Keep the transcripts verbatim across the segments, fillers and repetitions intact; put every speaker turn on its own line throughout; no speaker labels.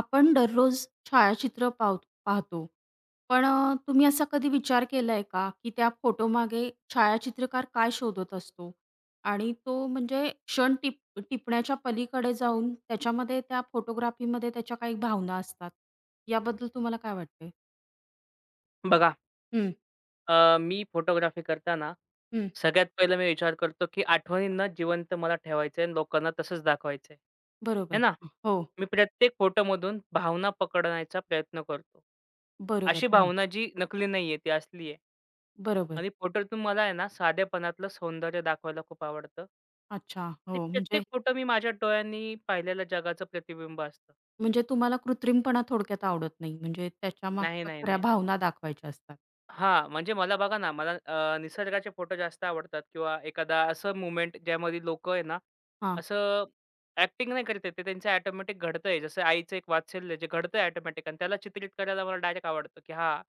आपण दररोज छायाचित्र पाव पाहतो. पण अ, तुम्ही असा कधी विचार केलाय का, की त्या फोटोमागे छायाचित्रकार काय शोधत असतो? आणि तो म्हणजे क्षण टिप टिपण्याच्या पलीकडे जाऊन त्याच्यामध्ये त्या फोटोग्राफीमध्ये त्याच्या काही भावना असतात. याबद्दल तुम्हाला काय वाटतंय?
बघा,
हं,
अ, मी फोटोग्राफी करताना
हं.
सगळ्यात पहिला मी विचार करतो, की आठवणींना जिवंत मला ठेवायचं आहे आणि लोकांना तसंच दाखवायचं आहे. है
बरोबर.
ना?
हो,
मी प्रत्येक फोटोमधून भावना पकडण्याचा प्रयत्न करतो.
बरोबर.
अशी
धावून.
भावना जी नकली नाहीये, ती असली आहे
बरोबर.
आणि फोटोतून मला आहे ना, साधेपणातलं सौंदर्य दाखवायला खूप आवडतं.
अच्छा.
आणि
हो,
प्रत्येक
म्हणजे
फोटो मी माझ्या डोळ्यांनी पाहिलेल्या जगाचं प्रतिबिंब असतं.
म्हणजे तुम्हाला कृत्रिमपणा थोडक्यात आवडत नाही. म्हणजे
नाही,
त्याच्यामागच्या
नाही,
खऱ्या
नाही, नाही.
भावना दाखवायच्या असतात.
हां, म्हणजे मला बघा ना, मला अ, निसर्गाचे फोटो जास्त आवडतात किंवा एखादा असं मूव्हमेंट ज्यामध्ये लोकं आहे ना,
हां,
असं ॲक्टिंग नाही करत ते त्यांचं ऑटोमॅटिक घडतंय. जसं आईचं एक वात्सल्य जे घडतंय ऑटोमॅटिक आणि त्याला चित्रित करायला मला डायरेक्ट आवडतं, की हां,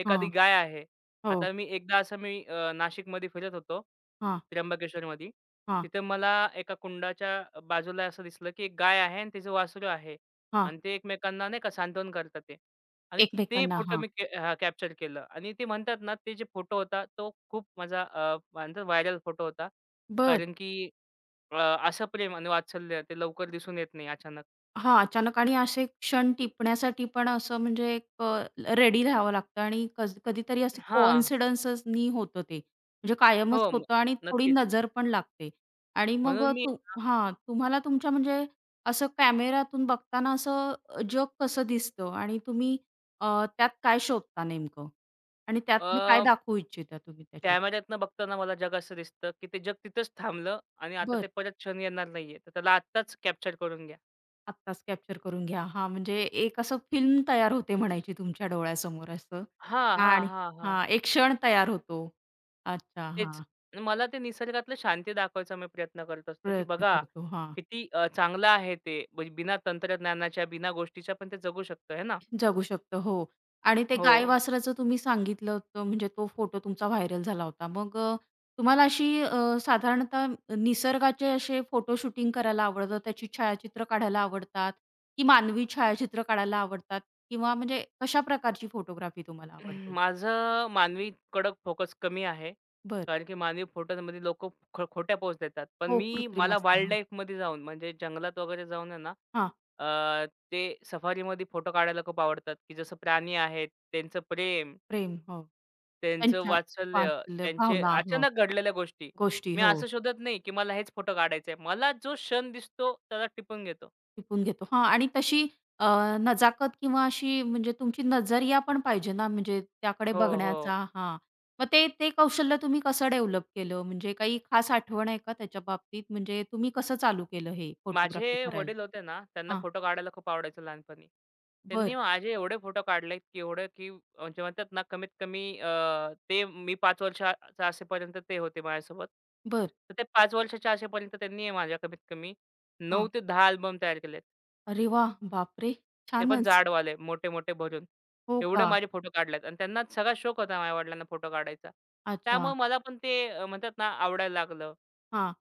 एखादी
हां.
गाय आहे.
हो.
आता मी एकदा असं मी अ, नाशिकमध्ये फिरत होतो,
हां,
त्र्यंबकेश्वरमध्ये.
हां,
तिथं मला एका कुंडाच्या बाजूला असं दिसलं, की एक गाय आहे आणि तिचं वासरू आहे
हां.
आणि ते एकमेकांना नाही का सांत्वन करतात ते आणि
एक
ते
एकमेकांना
फोटो
हां.
मी के हां, कॅप्चर केलं आणि ते म्हणतात ना, ते जे फोटो होता तो खूप माझा अ, म्हणतात व्हायरल फोटो होता.
बरं.
कारण की अ, असं प्रेम आणि वात्सल्य ते लवकर दिसून येत नाही अचानक.
हां, अचानक आणि असे क्षण टिपण्यासाठी पण असं म्हणजे एक अ, रेडी राहावं लागतं आणि कज कधीतरी असे
हां.
कोइन्सिडन्सनी होतं ते. म्हणजे
हो,
कायमच
म
होतं आणि थोडी
नक्कीच.
नजर पण लागते. आणि मग
म्हणून मी
तू
ना
हां, तुम्हाला तुमच्या म्हणजे असं कॅमेऱ्यातून बघताना असं जग कसं दिसतं आणि तुम्ही अ, त्यात काय शोधता नेमकं? आणि
अ,
त्यातनं काय दाखवू इच्छिता तुम्ही त्याच्यात?
कॅमेऱ्यातनं बघताना मला जग असं दिसतं, की ते जग तिथंच थांबलं आणि आता ते परत क्षण येणार नाहीये. तर त्याला आत्ताच कॅप्चर करून घ्या.
आत्ताच कॅप्चर करून घ्या. हां, म्हणजे एक असं फिल्म तयार होते म्हणायची तुमच्या डोळ्यासमोर असं.
हां, हां,
आणि
हां, हां.
हां, एक क्षण तयार होतो. अच्छा,
तेच.
हां.
मला ते निसर्गातलं शांती दाखवायचा मी प्रयत्न करत असतो, की
प्रयत्न
बघा
करतो. हां,
किती अ, चांगलं आहे ते. म्हणजे बिना तंत्रज्ञानाच्या, बिना गोष्टीच्या पण ते जगू शकतं, है ना?
जगू शकतो. हो. आणि ते
हो.
गाय-वासराचं तुम्ही सांगितलं होतं म्हणजे तो फोटो तुमचा व्हायरल झाला होता. मग अ, तुम्हाला अशी अ, साधारणतः निसर्गाचे असे फोटो शूटिंग करायला आवडतं, त्याची छायाचित्र काढायला आवडतात की मानवी छायाचित्र काढायला आवडतात? किंवा म्हणजे कशा प्रकारची फोटोग्राफी तुम्हाला आवडते?
माझं मानवी कडक फोकस कमी आहे.
बरं.
कारण की मानवी फोटोमध्ये लोकं ख खोट्या पोस्ट देतात. पण
हो,
मी
कृत्रिम
मला
असतं.
वाईल्ड
हो.
लाईफमध्ये जाऊन म्हणजे जंगलात वगैरे जाऊन आहे ना,
हां,
अ, ते सफारीमध्ये फोटो काढायला खूप आवडतात, की जसं प्राणी आहेत, त्यांचं प्रेम
प्रेम. हो.
त्यांचं
त्यांच्या
वात्सल्य,
वाचलं
त्यांचे
भावना. हो,
अचानक घडलेल्या गोष्टी.
गोष्टी.
मी
हो,
असं शोधत नाही, की मला हेच फोटो काढायचे आहे. मला जो क्षण दिसतो त्याला टिपून घेतो.
टिपून घेतो. हां आणि तशी अ, नजाकत किंवा अशी म्हणजे तुमची नजरिया पण पाहिजे ना, म्हणजे त्याकडे
हो, हो.
बघण्याचा. हां, मग ते ते कौशल्य तुम्ही कसं डेव्हलप केलं? म्हणजे काही खास आठवण आहे का त्याच्या बाबतीत? म्हणजे तुम्ही कसं चालू केलं हे फोटोग्राफी
माझे
करायला?
वडील होते ना, त्यांना
हां,
फोटो काढायला खूप आवडायचं लहानपणी. त्यांनी
बरं,
माझे एवढे फोटो काढलेत, की एवढे की म्हणजे म्हणतात ना कमीत कमी अ, ते मी पाच वर्षाचा असेपर्यंत ते होते माझ्यासोबत.
बरं.
तर ते पाच वर्षाच्या असेपर्यंत त्यांनी माझ्या कमीत कमी नऊ
हां.
ते दहा अल्बम तयार केलेत.
अरे वाह! बापरे!
ते पण
छानच.
जाडवाले, मोठे-मोठे भरून.
हो
एवढे
का?
माझे फोटो काढलेत आणि त्यांना सगळा शौक होता माझ्या वडिलांना फोटो काढायचा.
अच्छा.
त्यामुळे मला पण ते अ, म्हणतात ना आवडायला लागलं
हां.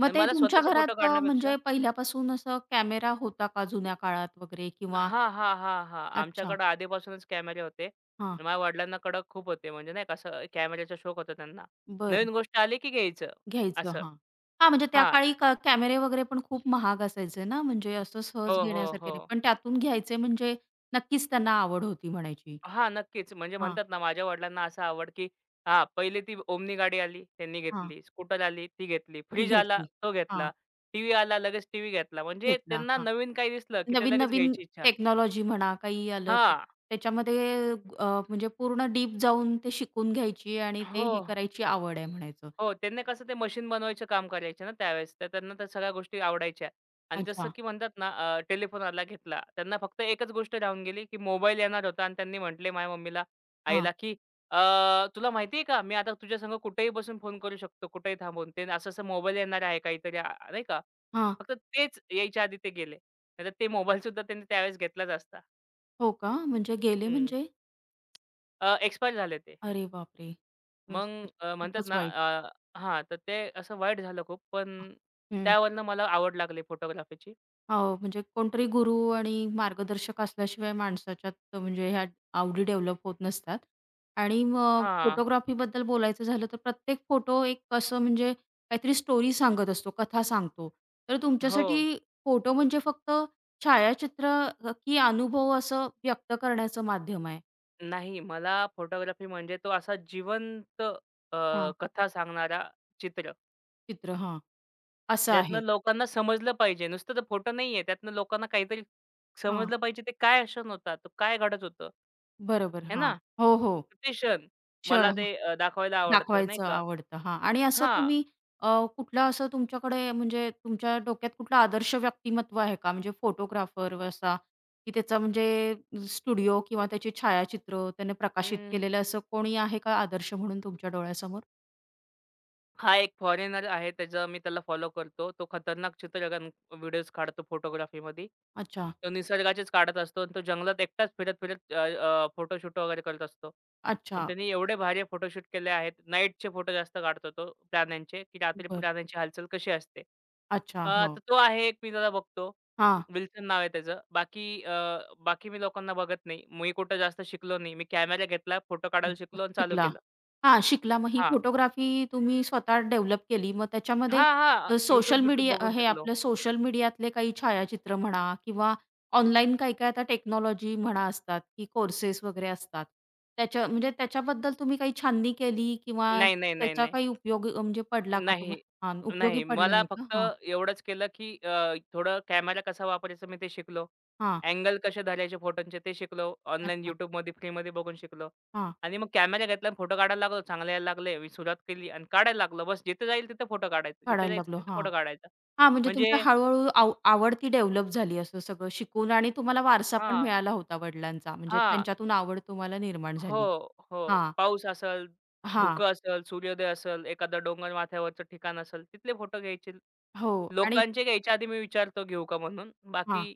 मग
आणि
ते
मला
तुमच्या
स्वतःचे फोटो
घरात अ,
काढण्यापेक्षा
म्हणजे पहिल्यापासून असं कॅमेरा होता का जुन्या काळात वगैरे किंवा
हां, हां, हां, हां.
अच्छा.
आमच्याकडे आधीपासूनच कॅमेरे होते.
हां.
आणि माझ्या वडिलांना कडक खूप होते म्हणजे नाही का असं कॅमेऱ्याचा शौक होता त्यांना. नवीन
बरं.
गोष्ट आली की घ्यायचं
घ्यायचं.
असं.
हां. हां, म्हणजे त्या
हां.
काळी क कॅमेरे वगैरे पण खूप महाग असायचे ना, म्हणजे असं
हो,
सहज
हो,
घेण्यासारखे
हो.
नाही. पण त्यातून घ्यायचे म्हणजे नक्कीच त्यांना आवड होती म्हणायची.
हां, नक्कीच. म्हणजे
हां,
म्हणतात ना, माझ्या वडिलांना असं आवड, की हां, पहिले ती ओमनी गाडी आली, त्यांनी
हां.
घेतली. स्कूटर आली, ती घेतली.
ती
फ्रिज आला,
घेतली.
तो
हां,
घेतला. टीव्ही आला, लगेच टीव्ही घेतला. म्हणजे
घेतला.
त्यांना
हां.
नवीन काही दिसलं, की ते लगेच
नवीन-नवीन
घ्यायची इच्छा.
टेक्नॉलॉजी म्हणा काही आलं तर
हां.
त्याच्यामध्ये अ, म्हणजे पूर्ण डीप जाऊन ते शिकून घ्यायची आणि ते
हो.
हे करायची आवड आहे म्हणायचं.
हो, त्यांनी कसं ते मशीन बनवायचं काम करायचे ना त्यावेळेस. तर त्यांना त्या सगळ्या गोष्टी आवडायच्या. आणि जसं
अच्छा.
की म्हणतात ना टेलिफोन आला घेतला. त्यांना फक्त एकच गोष्ट राहून गेली, की मोबाईल येणार होता आणि त्यांनी म्हटले माझ्या मम्मीला,
हां,
आईला, की "अ, तुला माहिती आहे का मी आता तुझ्यासंग कुठेही बसून फोन करू शकतो, कुठेही थांबून. ते असं-असं मोबाईल येणार आहे काहीतरी आ नाही का?"
हां.
फक्त तेच यायच्या आधी ते गेले. नाहीतर ते मोबाईलसुद्धा त्यांनी त्यावेळेस घेतलाच असता.
हो का? म्हणजे गेले म्हणजे?
एक्सपायर झाले ते.
अरे बापरे!
मग
तसं तर
अ, म्हणतात
खूपच
ना
वाईट.
अ, हां, तर ते असं वाईट झालं खूप.
हां.
पण
हं.
त्यावरनं मला आवड लागली फोटोग्राफीची.
हो, म्हणजे कोणतरी गुरु आणि मार्गदर्शक असल्याशिवाय माणसाच्यात म्हणजे ह्या आवडी डेव्हलप होत नसतात. आणि मग
हां.
फोटोग्राफीबद्दल बोलायचं झालं तर प्रत्येक फोटो एक असं म्हणजे काहीतरी स्टोरी सांगत असतो, कथा सांगतो. तर
हो.
तुमच्यासाठी फोटो म्हणजे फक्त छायाचित्र अ, की अनुभव असं व्यक्त करण्याचं माध्यम आहे?
नाही, मला फोटोग्राफी म्हणजे तो असा जिवंत अ,
हां,
कथा सांगणारा चित्र,
चित्र. हां, असं
ज्यातनं
आहे.
लोकांना समजलं पाहिजे. नुसतं तर फोटो नाहीये, त्यातनं लोकांना काहीतरी
हां.
समजलं पाहिजे ते काय क्षण होता, तो काय घडत होतं.
बरोबर.
आहे
हां.
ना?
हो, हो.
ते क्षण
क्षण
मला
हा,
ते अ, दाखवायला आवडतं, नाही
दाखवायचं
का?
आवडतं. हां. आणि असं
हां.
तुम्ही अ, कुठलं असं तुमच्याकडे म्हणजे तुमच्या डोक्यात कुठलं आदर्श व्यक्तिमत्व आहे का? म्हणजे फोटोग्राफर असा, की त्याचा म्हणजे स्टुडिओ किंवा त्याची छायाचित्र त्याने प्रकाशित केलेलं असं कोणी आहे का आदर्श म्हणून तुमच्या डोळ्यासमोर?
हा एक फॉरेनर आहे त्याचं मी त्याला फॉलो करतो. तो खतरनाक चित्रगण व्हिडिओज काढतो फोटोग्राफीमध्ये.
अच्छा.
तो निसर्गाचेच काढत असतो आणि तो जंगलात एकटाच फिरत-फिरत अ, अ, फोटोशूट वगैरे करत असतो. आणि
अच्छा.
त्यांनी एवढे भारी फोटोशूट केले आहेत. नाईटचे फोटो जास्त काढतो तो प्राण्यांचे, की रात्री
बरं.
प्राण्यांची हालचाल कशी असते.
अच्छा.
अ,
हो.
तर तो आहे एक मी त्याला बघतो.
हां.
विल्सन नाव आहे त्याचं. बाकी अ, बाकी मी लोकांना बघत नाही. मी कुठं जास्त शिकलो नाही. मी कॅमेरा घेतला, फोटो काढायला शिकलो आणि चालू
शिकला.
केलं.
हां, शिकला. मग ही
हां.
फोटोग्राफी तुम्ही स्वतः डेव्हलप केली. मग त्याच्यामध्ये
हां, हां.
अ, सोशल
YouTube, YouTube
मीडिया
बघून
हे
शिकलो.
आपलं सोशल मीडियातले काही छायाचित्र म्हणा किंवा ऑनलाईन काही-काही आता टेक्नॉलॉजी म्हणा असतात, की कोर्सेस वगैरे असतात. त्याच्या म्हणजे त्याच्याबद्दल तुम्ही काही छाननी केली किंवा
नाही, नाही, नाही,
त्याचा
नाही.
काही उपयोग म्हणजे पडला का
नाही,
तुम्हाला? हां, उपयोगी
नाही.
पडलं
मला
नाही का?
फक्त
हां,
एवढंच केलं, की अ, थोडं कॅमेरा कसा वापरायचा मी ते शिकलो.
हां.
अँगल कसे धरायचे फोटोंचे ते शिकलो. ऑनलाईन
अच्छा.
YouTubeमध्ये फ्रीमध्ये बघून शिकलो.
हां,
आणि मग कॅमेरा घेतला आणि फोटो काढायला लागलो. चांगले यायला लागले. मी सुरुवात केली आणि काढायला लागलो. बस जिथे जाईल तिथे फोटो काढायचा. जिथे
काढायला
जायचं
लागलो.
तिथे
हां.
फोटो काढायचा.
हां, म्हणजे तुमच्या
म्हणजे
हळू-हळू आव आवड ती डेव्हलप झाली असं सगळं शिकून आणि तुम्हाला वारसा पण
हां,
मिळाला होता वडिलांचा, म्हणजे
हां.
त्यांच्यातून आवड तुम्हाला निर्माण झाली.
हो, हो.
हां,
पाऊस असेल,
हां.
धुकं असेल, सूर्योदय असेल, एखादं डोंगर माथ्यावरचं ठिकाण असेल, तिथले फोटो घ्यायचे.
हो आणि
लोकांचे घ्यायच्या आधी मी विचारतो घेऊ का म्हणून.
हां,
बाकी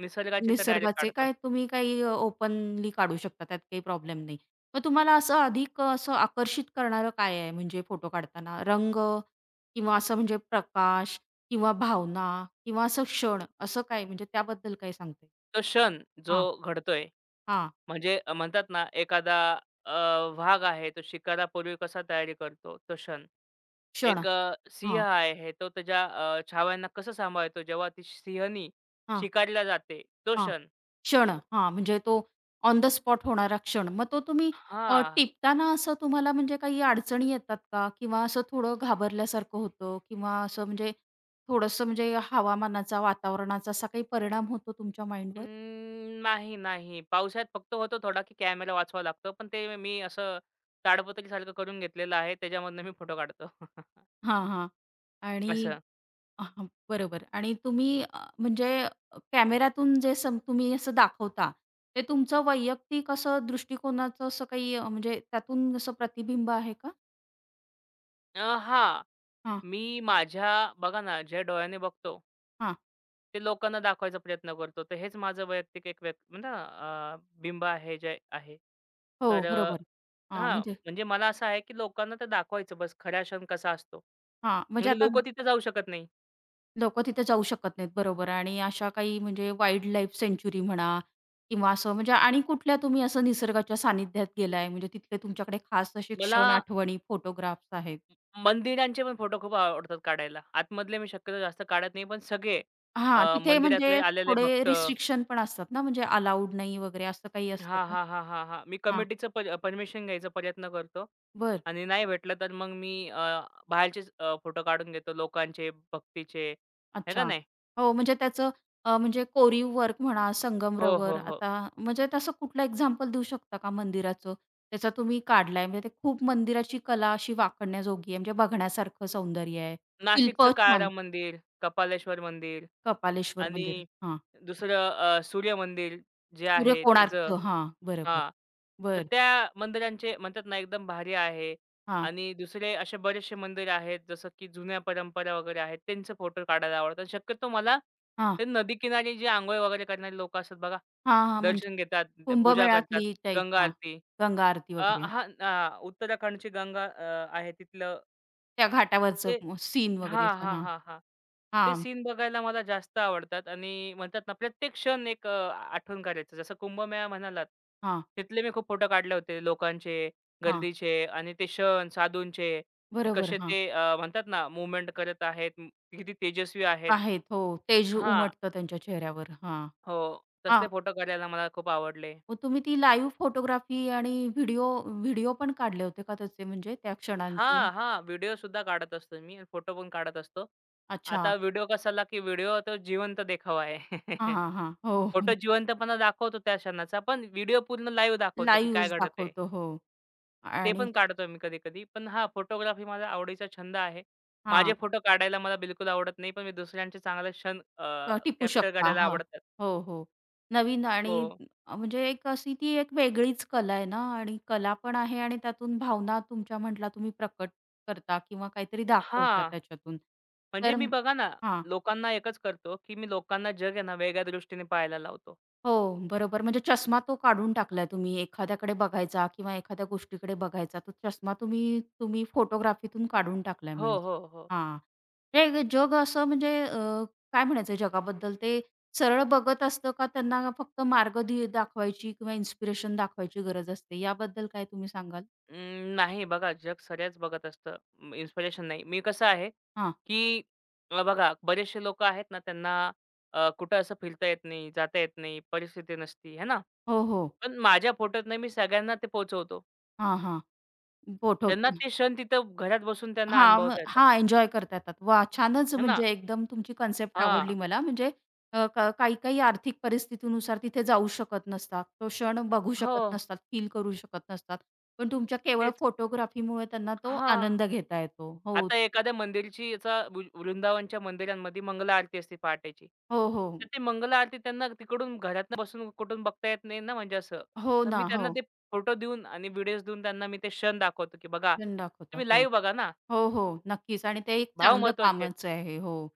निसर्गाचे तर डायरेक्ट
निसर्गाचे
काढतो.
काय तुम्ही काही अ, ओपनली काढू शकता त्यात काही प्रॉब्लेम नाही. मग तुम्हाला असं अधिक असं आकर्षित करणारं काय आहे म्हणजे फोटो काढताना? रंग किंवा असं म्हणजे प्रकाश किंवा भावना किंवा असं क्षण असं काय म्हणजे त्याबद्दल काय सांगता येईल?
तो क्षण जो
हां,
घडतोय
हां.
म्हणजे अ, म्हणतात ना एखादा अ, वाघ आहे तो शिकारापूर्वी कसा तयारी करतो तो क्षण.
क्षण.
एक अ, सिंह
हां,
आहे तो त्याच्या अ, छाव्यांना कसं सांभाळतो जेव्हा ती सिंहनी
हां,
शिकारीला जाते तो
हां.
क्षण.
क्षण. हां, म्हणजे तो ऑन द स्पॉट होणारा क्षण. मग तो तुम्ही अ,
हां.
टिपताना असं तुम्हाला म्हणजे काही अडचणी येतात का? किंवा असं थोडं घाबरल्यासारखं होतं किंवा असं म्हणजे थोडंसं म्हणजे हवामानाचा, वातावरणाचा असा काही परिणाम होतो तुमच्या माइंडवर?
अं, नाही, नाही. पावसाळ्यात फक्त होतो थोडा की कॅमेरा वाचवावा लागतो. पण ते मी असं ताडपत्रीसारखं करून घेतलेलं आहे त्याच्यामधनं मी फोटो काढतो.
हां, हां. आणि
असं.
हां, बरोबर. आणि तुम्ही अ, म्हणजे अ, कॅमेऱ्यातून जे सम तुम्ही असं दाखवता, ते तुमचं वैयक्तिक असं दृष्टिकोनाचं असं काही अ, म्हणजे त्यातून असं प्रतिबिंब आहे का?
अ, हां.
हां,
मी माझ्या बघा ना, ज्या डोळ्याने बघतो
हां.
ते लोकांना दाखवायचा प्रयत्न करतो. तर हेच माझं वैयक्तिक एक व्यक् म्हणता ना अ, बिंब आहे जे आहे.
हो,
तर अ,
बरोबर. हां,
हां,
म्हणजे
म्हणजे मला असं आहे, की लोकांना ते दाखवायचं बस खरा क्षण कसा असतो.
हां, म्हणजे
म्हणजे
आता
लोकं तिथे जाऊ शकत नाही.
लोकं तिथे जाऊ शकत नाहीत, बरोबर आणि अशा काही म्हणजे वाईल्ड लाईफ सँच्युरी म्हणा किंवा असं म्हणजे आणि कुठल्या तुम्ही असं निसर्गाच्या सानिध्यात गेलाय? म्हणजे तिथले तुमच्याकडे खास असे
मला
क्षण, आठवणी, फोटोग्राफ्स आहेत?
मंदिरांचे पण फोटो खूप आवडतात काढायला. आतमधले मी शक्यतो जास्त काढत नाही, पण सगळे
हां,
अ,
तिथे
मंदिरातले
म्हणजे
आलेले
थोडे
भक्त
रिस्ट्रिक्शन पण असतात ना, म्हणजे अलाउड नाही वगैरे असं काही असतं
हां,
का?
हां, हां, हां, हां. मी
हां,
कमिटीचं पर परमिशन घ्यायचा प्रयत्न करतो
बरं.
आणि नाही भेटलं तर मग मी अ, बाहेरचेच अ, फोटो काढून घेतो लोकांचे, भक्तीचे, आहे का
अच्छा.
नाही?
हो, म्हणजे त्याचं अ, म्हणजे कोरीव वर्क म्हणा,
हो,
संगमरवर
हो, हो.
आता म्हणजे तसं कुठलं एक्झाम्पल देऊ शकता का मंदिराचं? त्याचा तुम्ही काढलाय म्हणजे ते खूप मंदिराची कला अशी वाखाणण्याजोगी आहे, म्हणजे बघण्यासारखं सौंदर्य आहे.
नाशिकचं
शिल्पं छान.
काळाराम मंदिर, कपालेश्वर मंदिर
कपालेश्वर
आणि
मंदिर. हां.
दुसरं अ, सूर्य मंदिर जे आहे त्याचं.
सूर्यकोणार्कचं. हां, बरोबर.
हां. तर
बरं.
त्या मंदिरांचे म्हणतात ना एकदम भारी आहे
हां,
आणि दुसरे असे बरेचसे मंदिर आहेत, जसं की जुन्या परंपरा वगैरे आहेत, त्यांचे फोटो काढायला आवडतात. शक्यतो मला
हां,
ते नदीकिनारी जे अंघोळ वगैरे करणारे लोकं असतात बघा,
हां, हां. म्हणजे
दर्शन घेतात, ते पूजा करतात,
कुंभमेळ्यातली टाईप.
गंगा
हां.
आरती.
गंगा आरती
अ,
वगैरे.
हां, अ, उत्तराखंडची गंगा अ, आहे तिथलं
त्या
ते
घाटावरचं सीन वगैरे
हां,
असं.
हां,
हां,
हां, हां. ते
हां,
सीन बघायला मला जास्त आवडतात आणि म्हणतात ना प्रत्येक क्षण एक अ, आठवण करायचं. जसं कुंभमेळा म्हणालात,
हां,
तिथले मी खूप फोटो काढले होते लोकांचे,
हां.
गर्दीचे आणि ते क्षण साधूंचे, की
बरोबर.
कसे
हां.
ते अ, म्हणतात ना मूव्हमेंट करत आहेत, म- किती तेजस्वी आहेत.
आहेत. हो, तेज
हां.
उमटतं त्यांच्या चेहऱ्यावर. हां.
हो.
हां.
तसले फोटो काढायला मला खूप आवडले.
मग तुम्ही ती लाईव्ह फोटोग्राफी आणि व्हिडिओ व्हिडिओ पण काढले होते का त्याचे म्हणजे त्या क्षणांचे?
हां, हां. व्हिडिओसुद्धा काढत असतो मी. फोटो पण काढत असतो.
अच्छा.
आता व्हिडिओ कसाला, की व्हिडिओ तो जिवंत देखावा आहे.
हां, हां, हां. हो, हो.
फोटो जिवंतपणा दाखवतो त्या क्षणाचा, पण व्हिडिओ पूर्ण लाईव्ह दाखवतो, की काय
लाईव्हच
घडत आहे.
दाखवतो. हो.
ते
आणि
पण काढतो मी कधी-कधी. पण हां, फोटोग्राफी माझा आवडीचा छंद आहे. माझे
हां,
फोटो काढायला मला बिलकुल आवडत नाही, पण मी दुसऱ्यांचे चांगले क्षण अ,
किंवा टिपू
कॅप्चर
शकता.
करायला
हां.
आवडतात.
हो, हो. नवीन आणि
हो.
म्हणजे एक अशी ती एक वेगळीच कला आहे ना आणि कला पण आहे आणि त्यातून भावना तुमच्या म्हटला तुम्ही प्रकट करता किंवा काहीतरी दाखवता
हां,
त्याच्यातून.
म्हणजे
तर
मी बघा ना,
हां.
लोकांना एकच करतो, की मी लोकांना जग आहे ना, वेगळ्या दृष्टीने पाहायला लावतो.
हो, बरोबर. म्हणजे चष्मा तो काढून टाकलाय तुम्ही. एखाद्याकडे बघायचा किंवा एखाद्या गोष्टीकडे बघायचा, तो चष्मा तुम्ही तुम्ही फोटोग्राफीतून काढून टाकलाय
हो,
म्हणायचं.
हो, हो.
हां. हे जग असं म्हणजे अ, काय म्हणायचं जगाबद्दल ते सरळ बघत असतं का त्यांना फक्त मार्ग दी दाखवायची किंवा इन्स्पिरेशन दाखवायची गरज असते, याबद्दल काय तुम्ही सांगाल?
अं, नाही बघा, जग सऱ्याच बघत असतं. इन्स्पिरेशन नाही. मी कसं आहे,
हां.
की अ, बघा बरेचसे लोकं आहेत ना, त्यांना अ, कुठं असं फिरता येत नाही, जाता येत नाही, परिस्थिती नसती, आहे ना?
हो, हो.
पण माझ्या फोटोतनं मी सगळ्यांना ते पोहोचवतो.
हां, हां.
त्यांना ते क्षण तिथं घरात बसून त्यांना
हां, मग
अनुभवता येतात,
हां, एन्जॉय करता येतात. वाह! छानच
आहे ना?
म्हणजे एकदम तुमची कन्सेप्ट आवडली
हां.
मला. म्हणजे अ, क काही-काही आर्थिक परिस्थितीनुसार तिथे जाऊ शकत नसतात. तो क्षण बघू
हो,
शकत नसतात, फील करू शकत नसतात. पण तुमच्या केवळ
तेच.
फोटोग्राफीमुळे त्यांना तो
हां.
आनंद घेता येतो. हो,
आता एखाद्या मंदिरची याचा वृ वृंदावनच्या मंदिरांमध्ये मंगला आरती असते पहाटेची.
हो,
तर
हो.
ती मंगला आरती त्यांना तिकडून घरातनं बसून कुठून बघता येत नाही ना म्हणजे असं.
हो
तर मी
ना. हो.
त्यांना ते फोटो देऊन आणि व्हिडिओज देऊन त्यांना मी ते क्षण दाखवतो, की बघा
क्षण दाखवता.
तुम्ही
हो.
लाईव्ह बघा ना.
हो, हो. नक्कीच आणि ते एक
भाव
चांगलं
महत्वाचे आहेत.
कामच आहे. हो.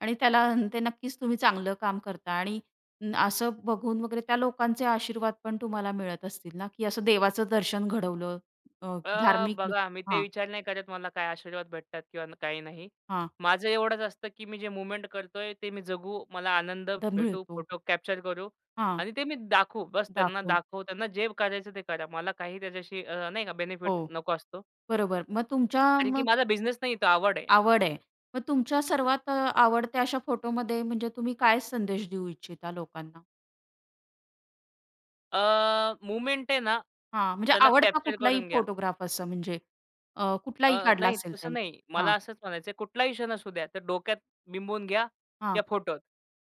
आणि त्याला ते नक्कीच तुम्ही चांगलं काम करता आणि न- असं बघून वगैरे त्या लोकांचे आशीर्वाद पण तुम्हाला मिळत असतील ना, की असं देवाचं दर्शन घडवलं अ,
अ,
धार्मिक लोक
बघा मी ते
हां,
विचार नाही करत मला काय आशीर्वाद भेटतात किंवा न- काही नाही.
हां.
माझं एवढंच असतं, की मी जे मूव्हमेंट करतोय ते मी जगू, मला आनंद
द
भेटू,
मिळतो.
फोटो कॅप्चर करू
हां,
आणि ते मी दाखवू. बस त्यांना
दाखवून.
दाखवू, त्यांना जे करायचं ते करा. मला काही त्याच्याशी अ, नाही का
हो,
बेनिफिट नको असतो.
बरोबर. मग तुमच्या
कारण की
मग
माझा बिझनेस नाही, तो आवड आहे.
आवड आहे. मग तुमच्या सर्वात अ, आवडत्या अशा फोटोमध्ये म्हणजे तुम्ही काय संदेश देऊ इच्छिता लोकांना?
अ, मूव्हमेंट आहे ना,
हां, म्हणजे
त्याला
आवडता
कॅप्चर
कुठलाही
करून घ्या.
फोटोग्राफ असं म्हणजे अ, कुठलाही
अ,
काढला
नाही
असेल त्या
तसं नाही. मला
हां.
असंच म्हणायचं कुठलाही क्षण असू द्या, तर डोक्यात बिंबवून घ्या
हां,
त्या फोटोत.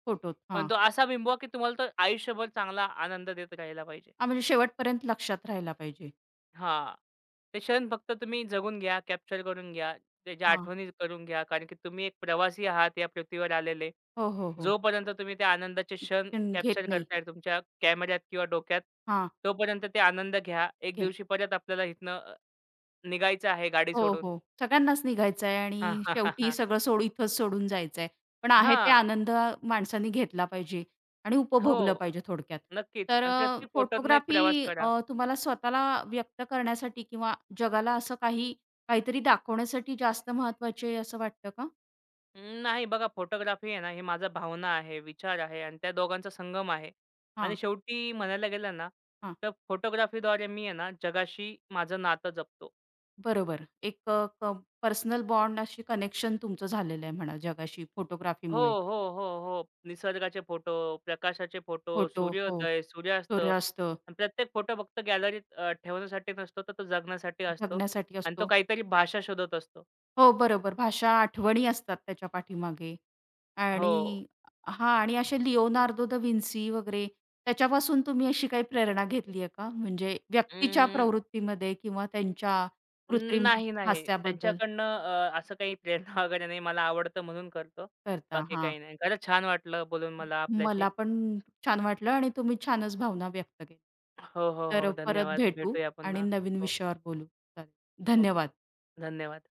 फोटोत.
पण
हां.
तो असा बिंबवा, की तुम्हाला तो आयुष्यभर चांगला आनंद देत राहिला पाहिजे.
हां, म्हणजे शेवटपर्यंत लक्षात राहायला पाहिजे.
हां. ते क्षण फक्त तुम्ही जगून घ्या, कॅप्चर करून घ्या. त्याच्या
हां.
आठवणी करून घ्या. कारण की तुम्ही एक प्रवासी आहात या पृथ्वीवर आलेले.
हो, हो, हो.
जोपर्यंत तुम्ही त्या आनंदाचे क्षण
पण घेत
कॅप्चर
नाही.
करताय तुमच्या कॅमेऱ्यात किंवा डोक्यात,
हां,
तोपर्यंत ते आनंद घ्या. एक
घे
दिवशी परत आपल्याला इथनं अ, निघायचं आहे गाडी
हो,
सोडून.
हो. सगळ्यांनाच निघायचं आहे आणि शेवटी
हां.
सगळं सोड इथंच सोडून जायचं आहे. पण आहे ते
हां.
आनंद माणसाने घेतला पाहिजे आणि
हो.
उपभोगलं पाहिजे थोडक्यात.
नक्कीच
तर
आणि
अ,
प्रत्येक फोटोतनं एक
फोटोग्राफी
प्रवास करा.
अ, तुम्हाला स्वतःला व्यक्त करण्यासाठी किंवा जगाला असं काही काहीतरी दाखवण्यासाठी जास्त महत्त्वाची आहे असं वाटतं का?
अं, नाही बघा फोटोग्राफी आहे ना हे माझा भावना आहे, विचार आहे आणि त्या दोघांचा संगम आहे आणि
हां,
शेवटी म्हणायला गेलं ना,
हां.
तर फोटोग्राफीद्वारे मी आहे ना जगाशी माझं नातं जपतो.
बरोबर. एक अ, क पर्सनल बॉन्ड अशी कनेक्शन तुमचं झालेलं आहे म्हणा जगाशी
हो,
फोटोग्राफीमुळे.
हो, हो, हो. निसर्गाचे फोटो, प्रकाशाचे फोटो,
फोटो हो.
सूर्योदय, सूर्यास्त
सूर्य असत,
आणि प्रत्येक फोटो फक्त गॅलरीत ठेवण्यासाठी नसतो, तर तो जगण्यासाठी असतो
जगण्यासाठी
आणि तो
असतो.
काहीतरी भाषा शोधत असतो.
हो, बरोबर. भाषा, आठवणी असतात त्याच्या पाठीमागे
हो.
आणि हां आणि असे लिओनार्दो द विन्सी वगैरे त्याच्यापासून तुम्ही अशी काही प्रेरणा घेतली आहे का? म्हणजे व्यक्तीच्या प्रवृत्तीमध्ये किंवा त्यांच्या कृत्रिम
नाही, नाही.
हास्याबद्दल
त्यांच्याकडनं अ, असं काही प्रेरणा वगैरे नाही. मला आवडतं म्हणून करतो.
करता?
बाकी
हां.
काही नाही. खरंच छान वाटलं बोलून मला आपल्याशी.
मला पण छान वाटलं आणि तुम्ही छानच भावना व्यक्त केल्या.
हो, हो,
तर
हो.
परत
धन्यवाद.
भेटू
भेटूया
आणि
पुन्हा.
नवीन
हो,
विषयावर बोलू. चालेल.
हो.
धन्यवाद.
धन्यवाद.